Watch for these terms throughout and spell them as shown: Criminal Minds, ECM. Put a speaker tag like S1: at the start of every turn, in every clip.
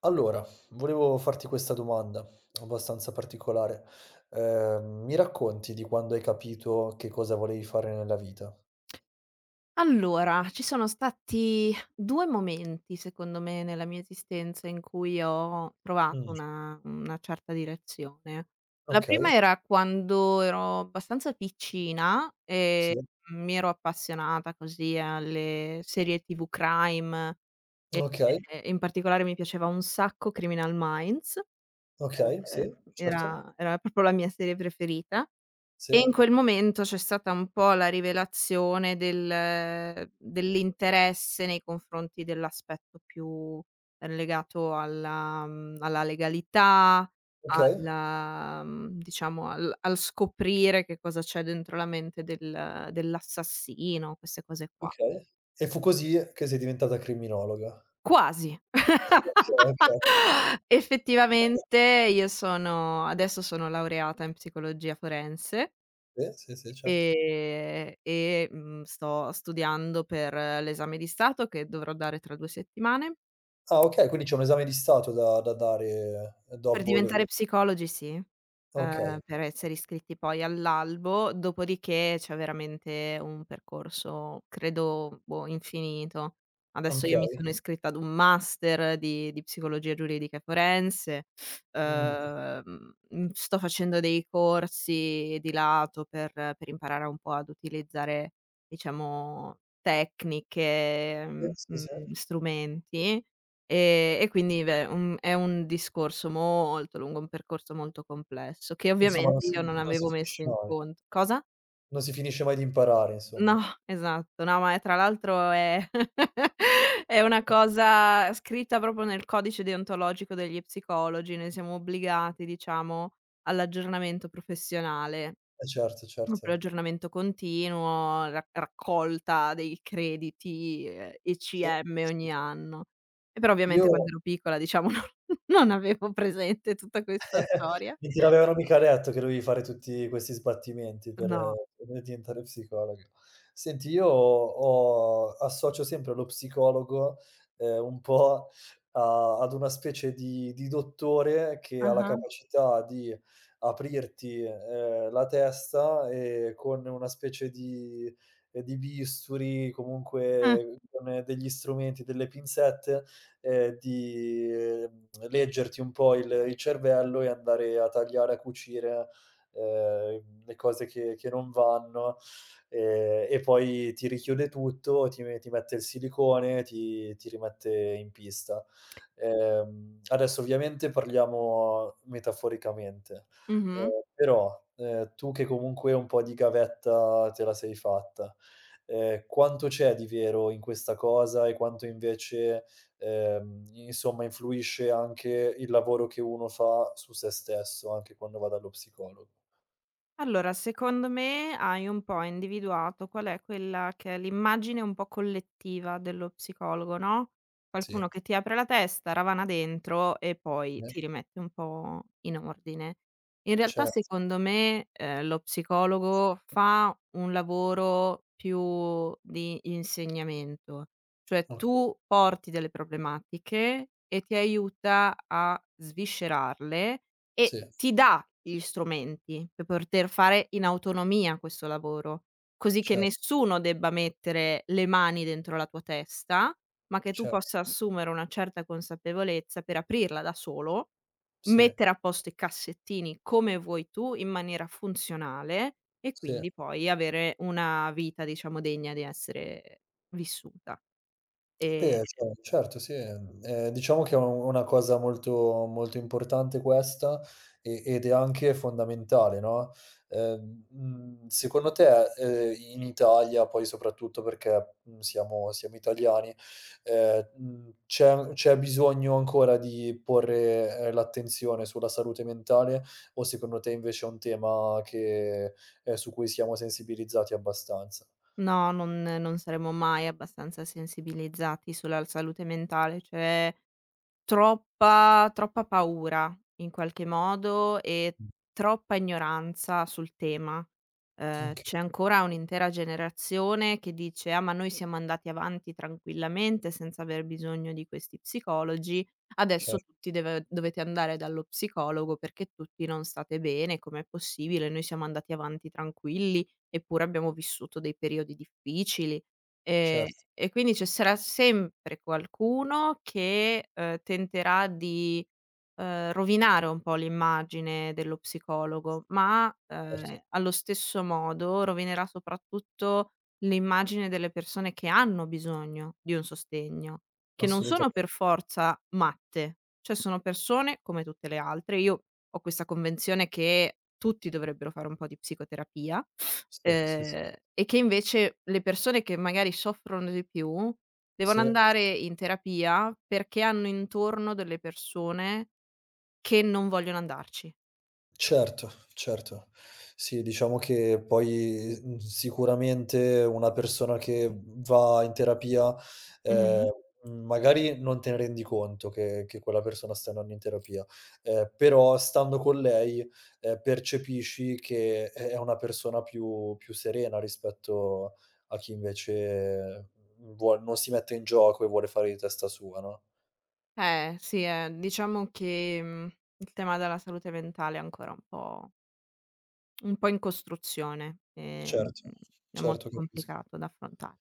S1: Allora, volevo farti questa domanda abbastanza particolare. Mi racconti di quando hai capito che cosa volevi fare nella vita?
S2: Allora, ci sono stati 2 momenti, secondo me, nella mia esistenza in cui ho trovato
S1: Mh,
S2: una certa direzione. La
S1: okay,
S2: prima era quando ero abbastanza piccina e
S1: sì,
S2: mi ero appassionata così alle serie TV crime e
S1: okay,
S2: e in particolare mi piaceva un sacco Criminal Minds.
S1: okay,
S2: ehm,
S1: sì, certo,
S2: era era proprio la mia serie preferita.
S1: sì,
S2: E in quel momento c'è stata un po' la rivelazione dell'interesse nei confronti dell'aspetto più legato alla legalità,
S1: okay,
S2: diciamo al scoprire che cosa c'è dentro la mente dell'assassino, queste cose qua.
S1: okay. E fu così che sei diventata criminologa.
S2: Quasi.
S1: Okay, okay.
S2: Effettivamente io sono adesso sono laureata in psicologia forense.
S1: Sì, sì, sì, certo.
S2: E, sto studiando per l'esame di stato che dovrò dare tra 2 settimane.
S1: Ah, okay, quindi c'è un esame di stato da dare
S2: Per
S1: dopo le
S2: diventare psicologi sì,
S1: okay,
S2: per essere iscritti poi all'albo, dopodiché c'è veramente un percorso credo, boh, infinito. Adesso io mi
S1: okay.
S2: sono Mh-mh. Iscritta ad un master di psicologia giuridica e forense.
S1: Mh,
S2: Sto facendo dei corsi di lato per imparare un po' ad utilizzare, diciamo, tecniche,
S1: sì, sì, sì.
S2: strumenti. E quindi beh, un è un discorso molto lungo, un percorso molto complesso, che
S1: Insomma
S2: ovviamente io non
S1: non si
S2: avevo messo
S1: finisce
S2: in
S1: mai.
S2: conto. Cosa?
S1: Non si finisce mai di imparare
S2: No,
S1: insomma.
S2: esatto. No, ma è tra l'altro, è è una
S1: Eh,
S2: cosa scritta proprio nel codice deontologico degli psicologi, noi siamo obbligati, diciamo, all'aggiornamento professionale.
S1: eh certo,
S2: Proprio
S1: certo.
S2: l'aggiornamento continuo, ra raccolta dei crediti,
S1: Sì,
S2: ECM
S1: sì, sì.
S2: ogni anno. E però
S1: Io
S2: ovviamente quando ero piccola diciamo non avevo presente tutta questa storia.
S1: Mi te l'avevano mica detto che dovevi fare tutti questi sbattimenti
S2: No.
S1: per diventare psicologo. Senti, io ho associo sempre lo psicologo, un po' a ad una specie di dottore che ha la
S2: Ah-ah.
S1: capacità di aprirti, la testa, con una specie di bisturi,
S2: Ah.
S1: comunque con degli strumenti, delle pinzette, di, leggerti un po' il cervello e andare a tagliare, a cucire, le cose che non vanno, e poi ti richiude tutto, ti mette il silicone, ti rimette in pista. Adesso ovviamente parliamo metaforicamente, ehm,
S2: Mh-mh.
S1: però, tu che comunque un po' di gavetta te la sei fatta, quanto c'è di vero in questa cosa e quanto invece insomma influisce anche il lavoro che uno fa su se stesso, anche quando va dallo psicologo.
S2: Allora, secondo me hai un po' individuato qual è quella che è l'immagine un po' collettiva dello psicologo, no,
S1: Sì,
S2: qualcuno che ti apre la testa, ravana dentro e poi
S1: ne
S2: ti rimette un po' in ordine. In realtà
S1: certo,
S2: secondo me, lo psicologo fa un lavoro più di insegnamento, cioè
S1: mh,
S2: tu porti delle problematiche e ti aiuta a sviscerarle e
S1: sì,
S2: ti dà gli strumenti per poter fare in autonomia questo lavoro, così che
S1: certo,
S2: nessuno debba mettere le mani dentro la tua testa, ma che tu
S1: certo,
S2: possa assumere una certa consapevolezza per aprirla da solo,
S1: sì,
S2: mettere a posto i cassettini come vuoi tu in maniera funzionale e
S1: sì.
S2: quindi poi avere una vita, diciamo, degna di essere vissuta. Ehm,
S1: Beh, ce certo, sì, diciamo che è u una cosa molto molto importante questa, e ed è anche fondamentale, no, secondo te, in Italia poi soprattutto perché, siamo siamo italiani, c'è bisogno ancora di porre, l'attenzione sulla salute mentale, o secondo te invece è un tema che su cui siamo sensibilizzati abbastanza?
S2: no, non saremo mai abbastanza sensibilizzati sulla salute mentale, cioè troppa paura in qualche modo e
S1: Mh.
S2: troppa ignoranza sul tema.
S1: Okay,
S2: C'è ancora un'intera generazione che dice: "Ah, ma noi siamo andati avanti tranquillamente senza aver bisogno di questi psicologi,
S1: cer
S2: adesso tutti deve dovete andare dallo psicologo perché tutti non state bene, com'è possibile? Noi siamo andati avanti tranquilli, eppure abbiamo vissuto dei periodi difficili". Ehm,
S1: certo,
S2: e quindi ci sarà sempre qualcuno che, tenterà di, rovinare un po' l'immagine dello psicologo, ma,
S1: certo,
S2: allo stesso modo rovinerà soprattutto l'immagine delle persone che hanno bisogno di un sostegno, che non
S1: assolutamen
S2: sono per forza matte, cioè sono persone come tutte le altre. Io ho questa convenzione che tutti dovrebbero fare un po' di psicoterapia.
S1: sì, sì, s
S2: Ehm, e che invece le persone che magari soffrono di più devono
S1: sì.
S2: andare in terapia perché hanno intorno delle persone che non vogliono andarci.
S1: Certo, certo. Sì, diciamo che poi, sicuramente una persona che va in terapia,
S2: Mh-mh.
S1: ehm, magari non te ne rendi conto che quella persona sta andando in terapia, però stando con lei, percepisci che è una persona più più serena rispetto a chi invece vuol non si mette in gioco e vuole fare di testa sua, no.
S2: Sì, diciamo che, il tema della salute mentale è ancora un po' in costruzione,
S1: Certo,
S2: è molto
S1: certo, capisco.
S2: complicato da affrontare.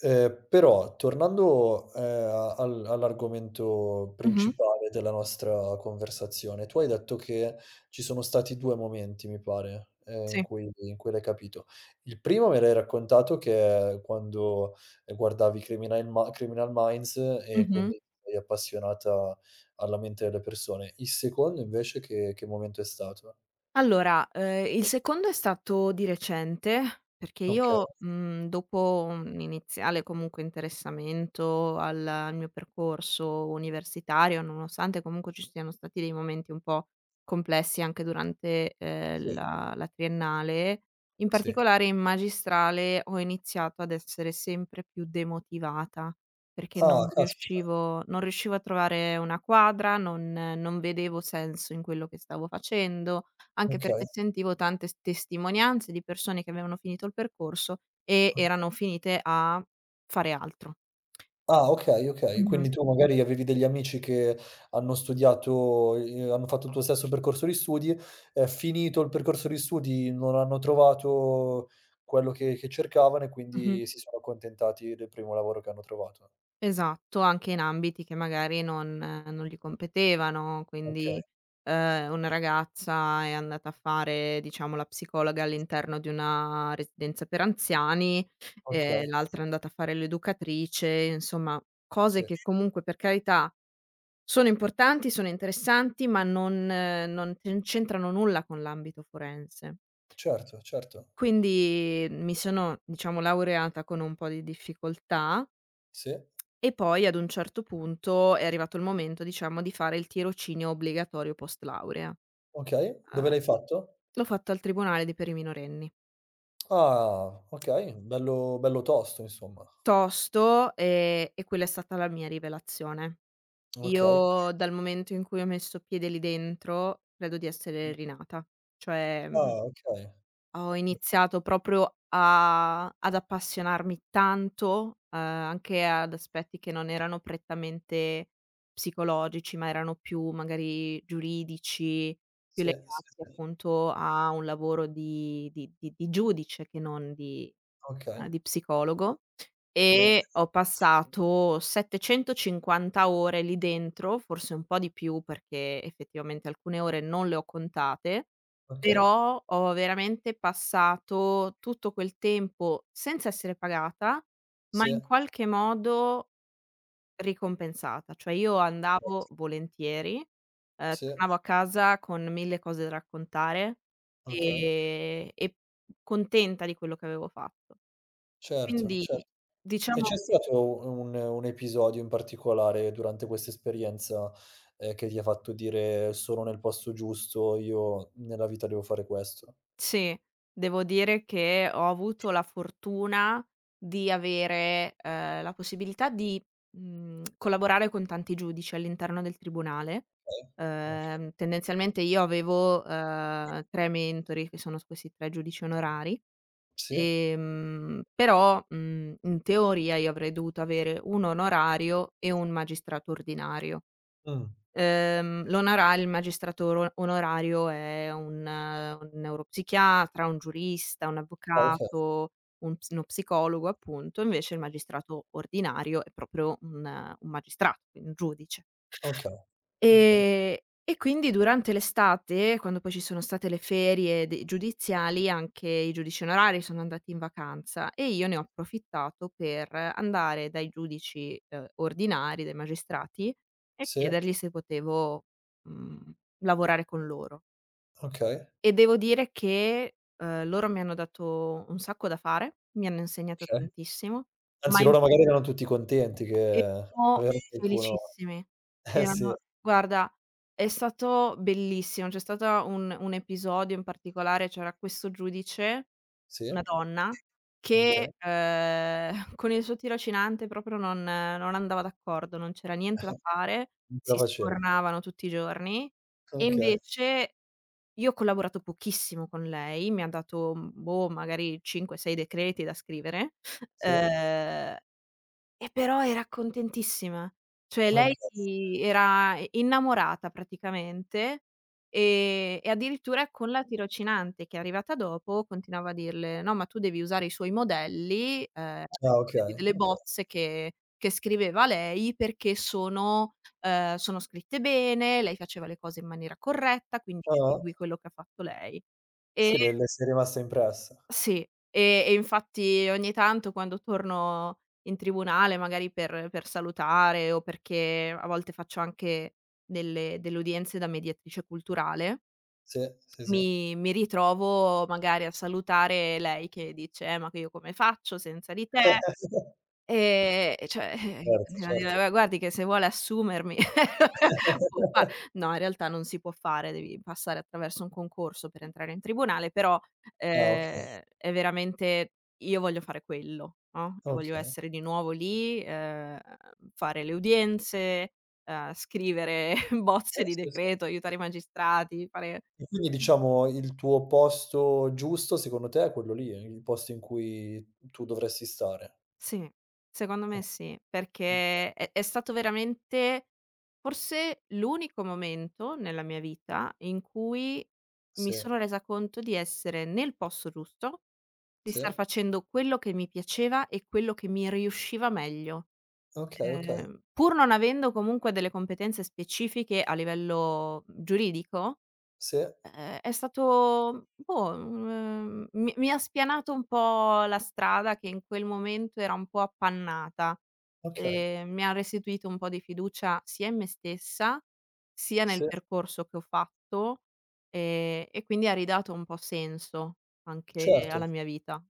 S1: Però tornando, a al all'argomento
S2: Mh-mh.
S1: principale della nostra conversazione, tu hai detto che ci sono stati 2 momenti, mi pare, in
S2: Sì.
S1: cui l'hai capito. Il primo me l'hai raccontato che è quando guardavi Criminal Minds e
S2: Mh-mh.
S1: quindi ti sei appassionata alla mente delle persone. Il secondo invece che momento è stato?
S2: Allora, il secondo è stato di recente, perché
S1: Okay,
S2: io, dopo un iniziale comunque interessamento al mio percorso universitario, nonostante comunque ci siano stati dei momenti un po' complessi anche durante,
S1: sì,
S2: la triennale, in
S1: sì.
S2: particolare in magistrale ho iniziato ad essere sempre più demotivata, perché
S1: Ah,
S2: non
S1: caspita,
S2: riuscivo non riuscivo a trovare una quadra, non vedevo senso in quello che stavo facendo, anche
S1: okay,
S2: perché sentivo tante s testimonianze di persone che avevano finito il percorso e erano
S1: okay.
S2: finite a fare altro.
S1: Ah, okay, okay.
S2: Mh-mh,
S1: Quindi tu magari avevi degli amici che hanno studiato hanno fatto il tuo stesso percorso di studi, finito il percorso di studi non hanno trovato quello che cercavano e
S2: mh-mh.
S1: quindi si sono accontentati del primo lavoro che hanno trovato.
S2: Esatto, anche in ambiti che magari non gli competevano,
S1: Okay,
S2: quindi, una ragazza è andata a fare, diciamo, la psicologa all'interno di una residenza per anziani,
S1: okay,
S2: l'altra è andata a fare l'educatrice, insomma cose
S1: sì.
S2: che comunque per carità. Sono importanti, sono interessanti, ma non c'entrano nulla con l'ambito forense.
S1: Certo, certo.
S2: Quindi mi sono, diciamo, laureata con un po' di difficoltà
S1: Sì,
S2: e poi ad un certo punto è arrivato il momento, diciamo, di fare il tirocinio obbligatorio post laurea.
S1: okay. Dove
S2: Uhm,
S1: l'hai fatto?
S2: L'ho fatto al tribunale di per i minorenni.
S1: Ah, okay, bello bello tosto insomma.
S2: Tosto, e quella è stata la mia rivelazione.
S1: Okay.
S2: Io dal momento in cui ho messo piede lì dentro credo di essere rinata. Cioè, mhmm
S1: Ah, okay.
S2: ho iniziato proprio a ad appassionarmi tanto, anche ad aspetti che non erano prettamente psicologici, ma erano più magari giuridici, più
S1: Sì,
S2: legati
S1: sì, sì.
S2: appunto a un lavoro di giudice che non
S1: Okay,
S2: di psicologo
S1: sì,
S2: e ho passato 750 ore lì dentro, forse un po' di più perché effettivamente alcune ore non le ho contate,
S1: okay.
S2: però ho veramente passato tutto quel tempo senza essere pagata, ma
S1: Sì,
S2: in qualche modo ricompensata. Cioè io andavo volentieri,
S1: sì,
S2: tornavo a casa con 1000 cose da raccontare,
S1: okay.
S2: e contenta di quello che avevo fatto.
S1: Certo,
S2: Quindi
S1: cer e c'è
S2: diciamo
S1: stato un episodio in particolare durante questa esperienza, che ti ha fatto dire: "Sono nel posto giusto, io nella vita devo fare questo"?
S2: sì, devo dire che ho avuto la fortuna di avere, la possibilità di, collaborare con tanti giudici all'interno del tribunale.
S1: Okay, okay.
S2: Tendenzialmente io avevo, 3 mentori che sono s questi 3 giudici onorari,
S1: Sì.
S2: però, in teoria io avrei dovuto avere 1 onorario e un magistrato ordinario.
S1: Mh.
S2: L'onora il magistrato oro onorario è un neuropsichiatra, un giurista, un
S1: Ah, okay,
S2: avvocato, un ps uno psicologo appunto, invece il magistrato ordinario è proprio un magistrato, quindi un giudice.
S1: okay, okay.
S2: Ehm, e quindi durante l'estate, quando poi ci sono state le ferie de giudiziali, anche i giudici onorari sono andati in vacanza e io ne ho approfittato per andare dai giudici, ordinari, dai magistrati e
S1: Sì,
S2: chiedergli se potevo, mhmm, lavorare con loro.
S1: okay,
S2: E devo dire che, loro mi hanno dato un sacco da fare, mi hanno insegnato
S1: okay.
S2: tantissimo.
S1: Anzi
S2: Mai,
S1: loro magari erano tutti contenti che
S2: erano
S1: avevano qualcuno
S2: felicissimi.
S1: eh sì,
S2: Erano guarda, è stato bellissimo. C'è stata un episodio in particolare, c'era questo giudice,
S1: sì,
S2: una donna,
S1: okay.
S2: che, con il suo tirocinante proprio non andava d'accordo, non c'era niente da fare,
S1: Non te la
S2: si
S1: faceva.
S2: scornavano tutti i giorni. E
S1: Okay,
S2: invece io ho collaborato pochissimo con lei, mi ha dato, boh, magari 5, 6 decreti da scrivere,
S1: sì,
S2: ehm e però era contentissima. Cioè lei
S1: okay.
S2: era innamorata praticamente, e addirittura con la tirocinante che è arrivata dopo continuava a dirle: "No, ma tu devi usare i suoi modelli,
S1: Ah okay,
S2: quelli delle
S1: okay.
S2: bozze che scriveva lei perché sono scritte bene, lei faceva le cose in maniera corretta, quindi
S1: Ah-ah.
S2: segui quello che ha fatto lei". E
S1: Sì, le sei rimasta impressa.
S2: sì, e infatti ogni tanto quando torno in tribunale, magari per salutare o perché a volte faccio anche delle udienze da mediatrice culturale,
S1: Sì, sì, sì.
S2: mi ritrovo magari a salutare lei che dice: ma che io come faccio senza di te?" E cioè,
S1: Certo,
S2: continua a
S1: certo.
S2: dire: "Guardi che se vuole assumermi può fa". No, in realtà non si può fare, devi passare attraverso un concorso per entrare in tribunale, però,
S1: Ah okay,
S2: è veramente io voglio fare quello, no, io voglio
S1: okay.
S2: essere di nuovo lì, fare le udienze, scrivere bozze di
S1: Sì, sì.
S2: decreto, aiutare i magistrati, fare.
S1: E quindi diciamo il tuo posto giusto secondo te è quello lì, è il posto in cui tu dovresti stare.
S2: Sì, secondo
S1: O
S2: me sì,
S1: okay.
S2: perché è stato veramente forse l'unico momento nella mia vita in cui mi
S1: Sì,
S2: sono resa conto di essere nel posto giusto, di
S1: sì.
S2: star facendo quello che mi piaceva e quello che mi riusciva meglio.
S1: Okay, okay.
S2: Pur non avendo comunque delle competenze specifiche a livello giuridico,
S1: Sì,
S2: È stato boh, mi ha spianato un po' la strada che in quel momento era un po' appannata,
S1: okay.
S2: mi ha restituito un po' di fiducia sia in me stessa, sia
S1: Sì,
S2: nel percorso che ho fatto, e quindi ha ridato un po' senso anche
S1: certo.
S2: alla mia vita.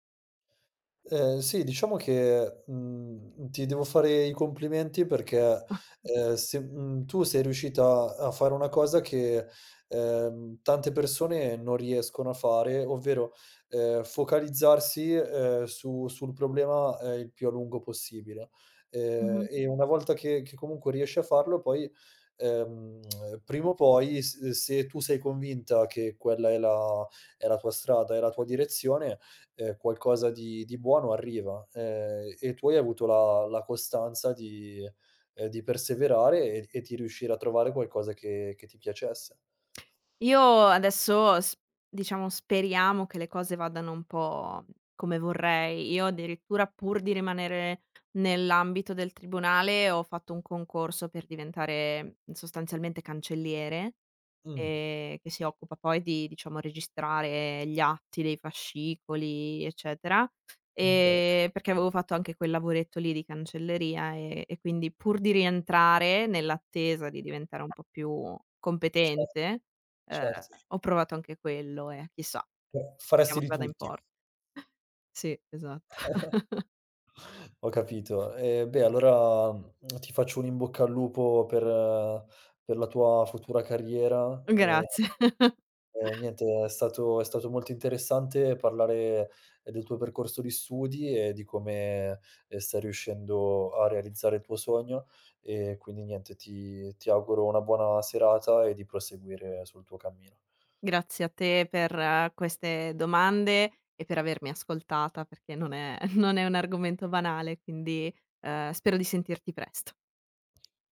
S1: Sì, diciamo che, ti devo fare i complimenti perché, se tu sei riuscita a fare una cosa che, tante persone non riescono a fare, ovvero, focalizzarsi, su sul problema, il più a lungo possibile.
S2: Mh-mh.
S1: E una volta che comunque riesci a farlo poi, ehm, prima o poi s se tu sei convinta che quella è la tua strada, è la tua direzione qualcosa di buono arriva, e tu hai avuto la costanza di perseverare e di riuscire a trovare qualcosa che ti piacesse.
S2: Io adesso s diciamo speriamo che le cose vadano un po' come vorrei. Io addirittura pur di rimanere nell'ambito del tribunale ho fatto un concorso per diventare sostanzialmente cancelliere,
S1: Mh,
S2: che si occupa poi di, diciamo, registrare gli atti dei fascicoli, eccetera,
S1: okay,
S2: perché avevo fatto anche quel lavoretto lì di cancelleria, e quindi pur di rientrare, nell'attesa di diventare un po' più
S1: certo,
S2: competente, ehm,
S1: certo.
S2: ho provato anche quello e chissà,
S1: Cioè, faresti
S2: speriamo che
S1: di
S2: vada in
S1: tutti.
S2: porto. Sì, esatto.
S1: Ho capito. E beh, allora, ti faccio un in bocca al lupo per la tua futura carriera,
S2: Grazie.
S1: Niente, è stato molto interessante parlare del tuo percorso di studi e di come, stai riuscendo a realizzare il tuo sogno, e quindi niente, ti auguro una buona serata e di proseguire sul tuo cammino.
S2: Grazie a te per queste domande e per avermi ascoltata, perché non è non è un argomento banale, quindi, spero di sentirti presto.